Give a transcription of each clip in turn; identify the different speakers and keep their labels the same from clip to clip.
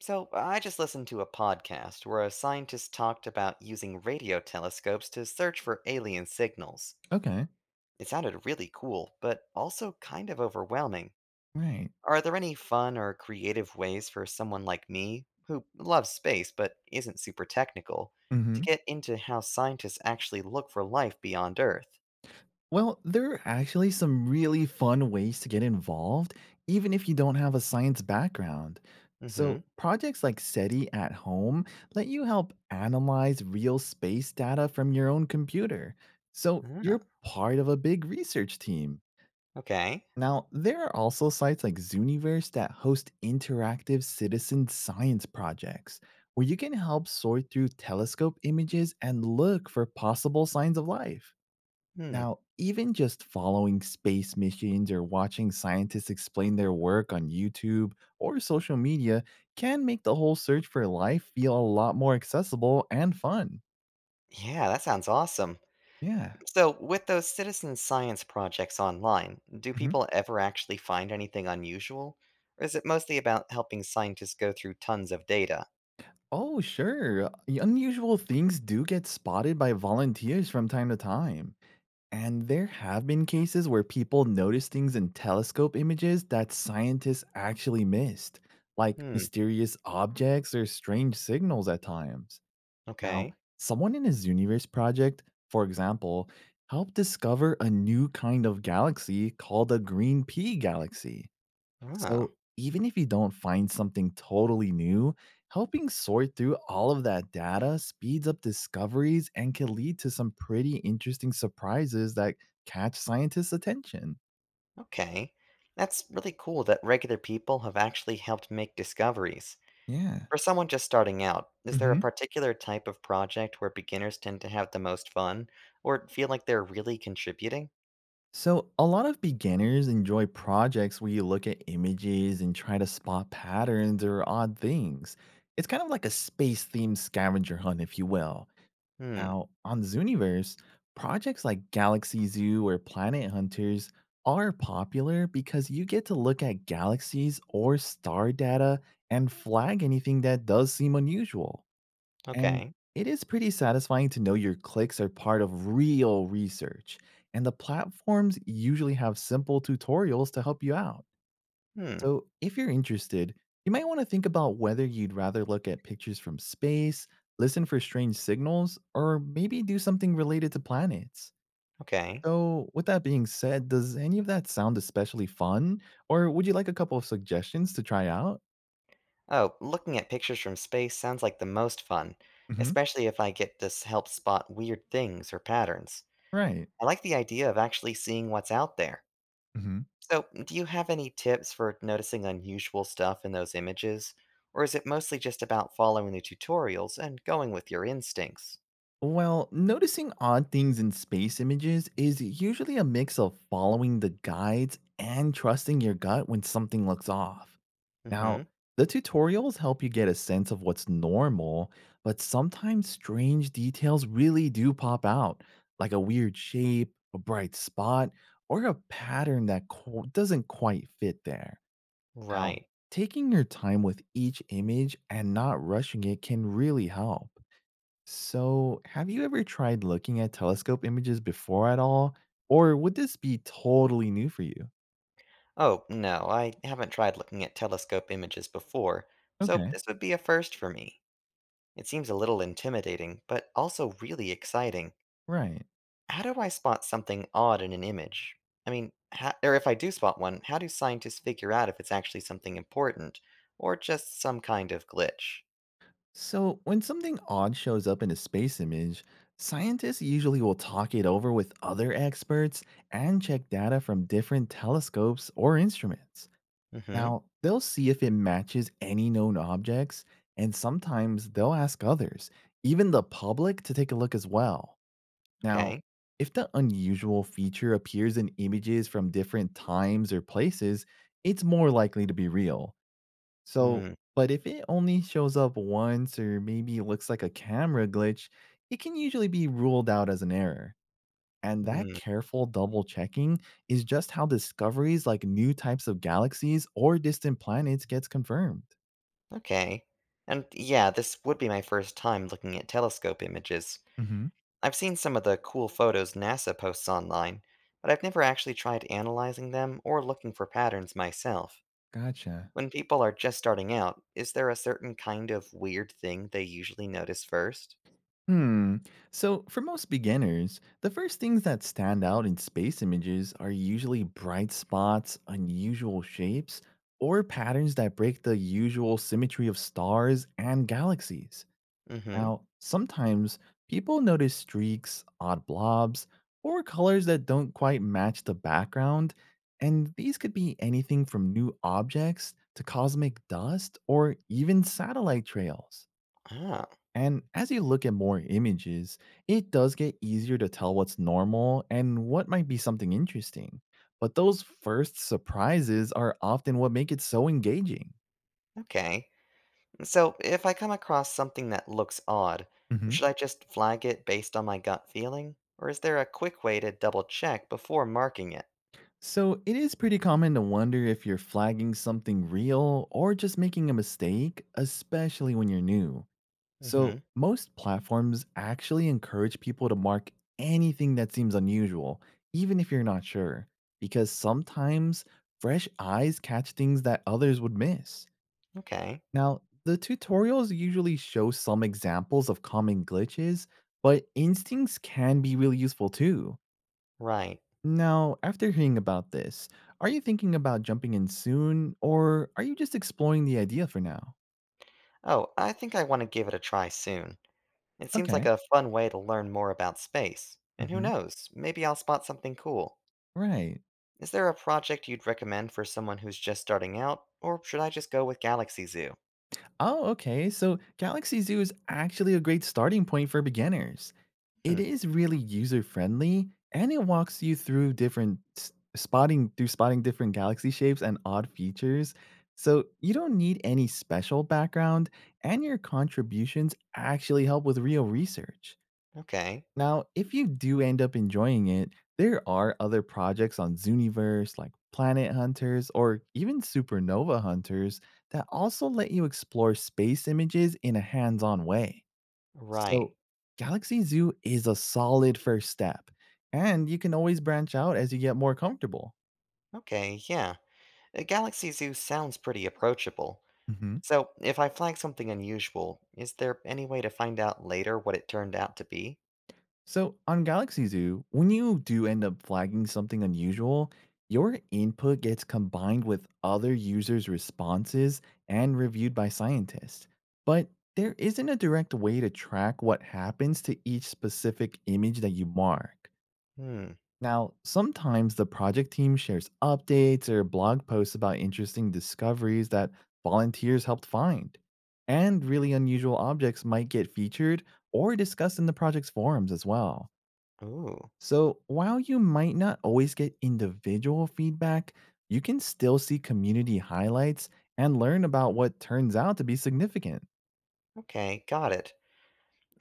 Speaker 1: So, I just listened to a podcast where a scientist talked about using radio telescopes to search for alien signals.
Speaker 2: Okay.
Speaker 1: It sounded really cool, but also kind of overwhelming.
Speaker 2: Right.
Speaker 1: Are there any fun or creative ways for someone like me, who loves space but isn't super technical, to
Speaker 2: hmm
Speaker 1: get into how scientists actually look for life beyond Earth?
Speaker 2: Well, there are actually some really fun ways to get involved, even if you don't have a science background.
Speaker 1: Mm hmm.
Speaker 2: So, projects like SETI at home let you help analyze real space data from your own computer. So,
Speaker 1: Ah,
Speaker 2: you're part of a big research team.
Speaker 1: okay.
Speaker 2: Now, there are also sites like Zooniverse that host interactive citizen science projects where you can help sort through telescope images and look for possible signs of life.
Speaker 1: Hmm.
Speaker 2: Now, even just following space missions or watching scientists explain their work on YouTube or social media can make the whole search for life feel a lot more accessible and fun.
Speaker 1: Yeah, that sounds awesome.
Speaker 2: Yeah.
Speaker 1: So, with those citizen science projects online, do
Speaker 2: Mhm.
Speaker 1: people ever actually find anything unusual? Or is it mostly about helping scientists go through tons of data?
Speaker 2: Oh, sure. Unusual things do get spotted by volunteers from time to time. And there have been cases where people notice things in telescope images that scientists actually missed, like
Speaker 1: Hmm,
Speaker 2: mysterious objects or strange signals at times. Now,
Speaker 1: okay.
Speaker 2: someone in his universe project, for example, helped discover a new kind of galaxy called a green pea galaxy.
Speaker 1: Oh,
Speaker 2: So, even if you don't find something totally new, helping sort through all of that data speeds up discoveries and can lead to some pretty interesting surprises that catch scientists' attention.
Speaker 1: okay. That's really cool that regular people have actually helped make discoveries.
Speaker 2: Yeah.
Speaker 1: For someone just starting out, is there a
Speaker 2: Mhm.
Speaker 1: particular type of project where beginners tend to have the most fun or feel like they're really contributing?
Speaker 2: So, a lot of beginners enjoy projects where you look at images and try to spot patterns or odd things. It's kind of like a space themed scavenger hunt, if you will.
Speaker 1: Hmm,
Speaker 2: Now, on Zooniverse, projects like Galaxy Zoo or Planet Hunters are popular because you get to look at galaxies or star data and flag anything that does seem unusual. And
Speaker 1: okay.
Speaker 2: it is pretty satisfying to know your clicks are part of real research, and the platforms usually have simple tutorials to help you out.
Speaker 1: Hmm,
Speaker 2: So, if you're interested, you might want to think about whether you'd rather look at pictures from space, listen for strange signals, or maybe do something related to planets.
Speaker 1: okay.
Speaker 2: So, with that being said, does any of that sound especially fun? Or would you like a couple of suggestions to try out?
Speaker 1: Oh, looking at pictures from space sounds like the most fun,
Speaker 2: Hmm.
Speaker 1: especially if I get to help spot weird things or patterns.
Speaker 2: Right.
Speaker 1: I like the idea of actually seeing what's out there.
Speaker 2: hmm
Speaker 1: So, do you have any tips for noticing unusual stuff in those images? Or is it mostly just about following the tutorials and going with your instincts?
Speaker 2: Well, noticing odd things in space images is usually a mix of following the guides and trusting your gut when something looks off.
Speaker 1: Mm
Speaker 2: Now,
Speaker 1: hmm.
Speaker 2: the tutorials help you get a sense of what's normal, but sometimes strange details really do pop out, like a weird shape, a bright spot, or a pattern that doesn't quite fit there. Now,
Speaker 1: Right.
Speaker 2: taking your time with each image and not rushing it can really help. So, have you ever tried looking at telescope images before at all? Or would this be totally new for you?
Speaker 1: Oh, no, I haven't tried looking at telescope images before, so
Speaker 2: Okay,
Speaker 1: this would be a first for me. It seems a little intimidating, but also really exciting.
Speaker 2: right.
Speaker 1: How do I spot something odd in an image? I mean, or if I do spot one, how do scientists figure out if it's actually something important or just some kind of glitch?
Speaker 2: So, when something odd shows up in a space image, scientists usually will talk it over with other experts and check data from different telescopes or instruments.
Speaker 1: Mm-hmm.
Speaker 2: Now, they'll see if it matches any known objects, and sometimes they'll ask others, even the public, to take a look as well. Now,
Speaker 1: Okay.
Speaker 2: if the unusual feature appears in images from different times or places, it's more likely to be real. So,
Speaker 1: Hmm.
Speaker 2: but if it only shows up once or maybe looks like a camera glitch, it can usually be ruled out as an error. And that
Speaker 1: Hmm.
Speaker 2: careful double checking is just how discoveries like new types of galaxies or distant planets gets confirmed.
Speaker 1: Okay. And yeah, this would be my first time looking at telescope images.
Speaker 2: Hmm.
Speaker 1: I've seen some of the cool photos NASA posts online, but I've never actually tried analyzing them or looking for patterns myself.
Speaker 2: Gotcha.
Speaker 1: When people are just starting out, is there a certain kind of weird thing they usually notice first?
Speaker 2: Hmm. So, for most beginners, the first things that stand out in space images are usually bright spots, unusual shapes, or patterns that break the usual symmetry of stars and galaxies.
Speaker 1: Mm-hmm.
Speaker 2: Now, sometimes people notice streaks, odd blobs, or colors that don't quite match the background, and these could be anything from new objects to cosmic dust or even satellite trails.
Speaker 1: Ah,
Speaker 2: And as you look at more images, it does get easier to tell what's normal and what might be something interesting. But those first surprises are often what make it so engaging.
Speaker 1: okay. So if I come across something that looks odd,
Speaker 2: hmm
Speaker 1: should I just flag it based on my gut feeling? Or is there a quick way to double check before marking it?
Speaker 2: So it is pretty common to wonder if you're flagging something real or just making a mistake, especially when you're new. So,
Speaker 1: Mm-hmm.
Speaker 2: most platforms actually encourage people to mark anything that seems unusual, even if you're not sure, because sometimes fresh eyes catch things that others would miss.
Speaker 1: Okay.
Speaker 2: Now, the tutorials usually show some examples of common glitches, but instincts can be really useful too.
Speaker 1: Right.
Speaker 2: Now, after hearing about this, are you thinking about jumping in soon, or are you just exploring the idea for now?
Speaker 1: Oh, I think I want to give it a try soon. It seems like
Speaker 2: Okay.
Speaker 1: a fun way to learn more about space. And who
Speaker 2: Hmm.
Speaker 1: knows, maybe I'll spot something cool.
Speaker 2: Right.
Speaker 1: Is there a project you'd recommend for someone who's just starting out, or should I just go with Galaxy Zoo?
Speaker 2: Oh, okay. So Galaxy Zoo is actually a great starting point for beginners. It
Speaker 1: Hmm,
Speaker 2: is really user friendly and it walks you through different spotting through spotting different galaxy shapes and odd features. So you don't need any special background and your contributions actually help with real research.
Speaker 1: okay.
Speaker 2: Now, if you do end up enjoying it, there are other projects on Zooniverse like Planet Hunters or even Supernova Hunters that also let you explore space images in a hands on way.
Speaker 1: Right.
Speaker 2: So, Galaxy Zoo is a solid first step, and you can always branch out as you get more comfortable.
Speaker 1: Okay, yeah. A Galaxy Zoo sounds pretty approachable.
Speaker 2: Mhm.
Speaker 1: So, if I flag something unusual, is there any way to find out later what it turned out to be?
Speaker 2: So on Galaxy Zoo, when you do end up flagging something unusual, your input gets combined with other users' responses and reviewed by scientists. But there isn't a direct way to track what happens to each specific image that you mark.
Speaker 1: Hmm.
Speaker 2: Now, sometimes the project team shares updates or blog posts about interesting discoveries that volunteers helped find. And really unusual objects might get featured or discussed in the project's forums as well.
Speaker 1: Ooh.
Speaker 2: So, while you might not always get individual feedback, you can still see community highlights and learn about what turns out to be significant.
Speaker 1: Okay, got it.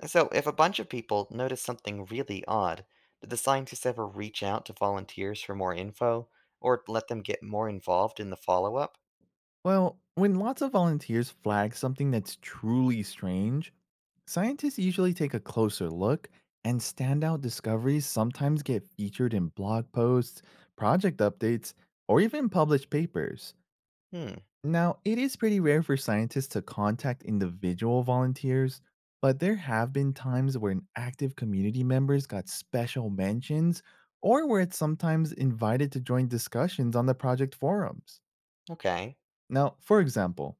Speaker 1: So, if a bunch of people notice something really odd, do the scientists ever reach out to volunteers for more info, or let them get more involved in the follow up?
Speaker 2: Well, when lots of volunteers flag something that's truly strange, scientists usually take a closer look, and standout discoveries sometimes get featured in blog posts, project updates, or even published papers.
Speaker 1: Hmm.
Speaker 2: Now, it is pretty rare for scientists to contact individual volunteers, but there have been times when active community members got special mentions or were sometimes invited to join discussions on the project forums.
Speaker 1: Okay.
Speaker 2: Now, for example,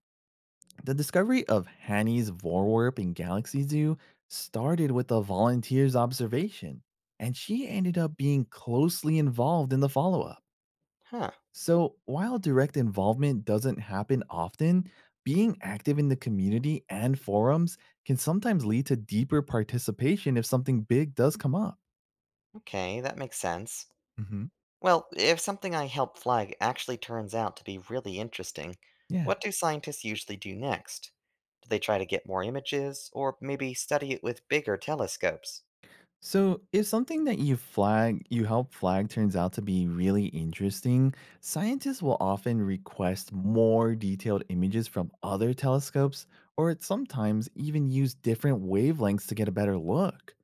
Speaker 2: the discovery of Hani's Vorwerp in Galaxy Zoo started with a volunteer's observation, and she ended up being closely involved in the follow up.
Speaker 1: Huh.
Speaker 2: So, while direct involvement doesn't happen often, being active in the community and forums can sometimes lead to deeper participation if something big does come up.
Speaker 1: Okay, that makes sense.
Speaker 2: Hmm.
Speaker 1: Well, if something I help flag actually turns out to be really interesting,
Speaker 2: Yeah.
Speaker 1: what do scientists usually do next? Do they try to get more images, or maybe study it with bigger telescopes?
Speaker 2: So, if something that you flag, you help flag turns out to be really interesting, scientists will often request more detailed images from other telescopes or sometimes even use different wavelengths to get a better look.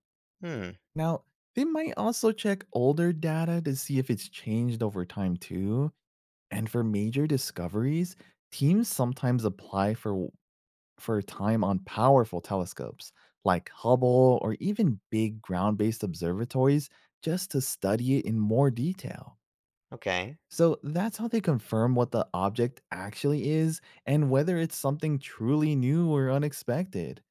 Speaker 1: Hmm,
Speaker 2: Now, they might also check older data to see if it's changed over time too. And for major discoveries, teams sometimes apply for time on powerful telescopes like Hubble or even big ground-based observatories just to study it in more detail.
Speaker 1: okay,
Speaker 2: So that's how they confirm what the object actually is and whether it's something truly new or unexpected.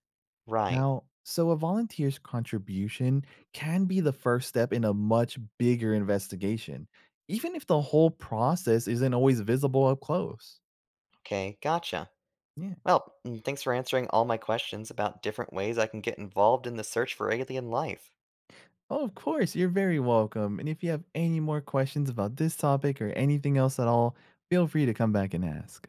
Speaker 1: right,
Speaker 2: Now, so a volunteer's contribution can be the first step in a much bigger investigation, even if the whole process isn't always visible up close.
Speaker 1: okay, gotcha.
Speaker 2: Yeah.
Speaker 1: Well, thanks for answering all my questions about different ways I can get involved in the search for alien life.
Speaker 2: Oh, of course, you're very welcome. And if you have any more questions about this topic or anything else at all, feel free to come back and ask.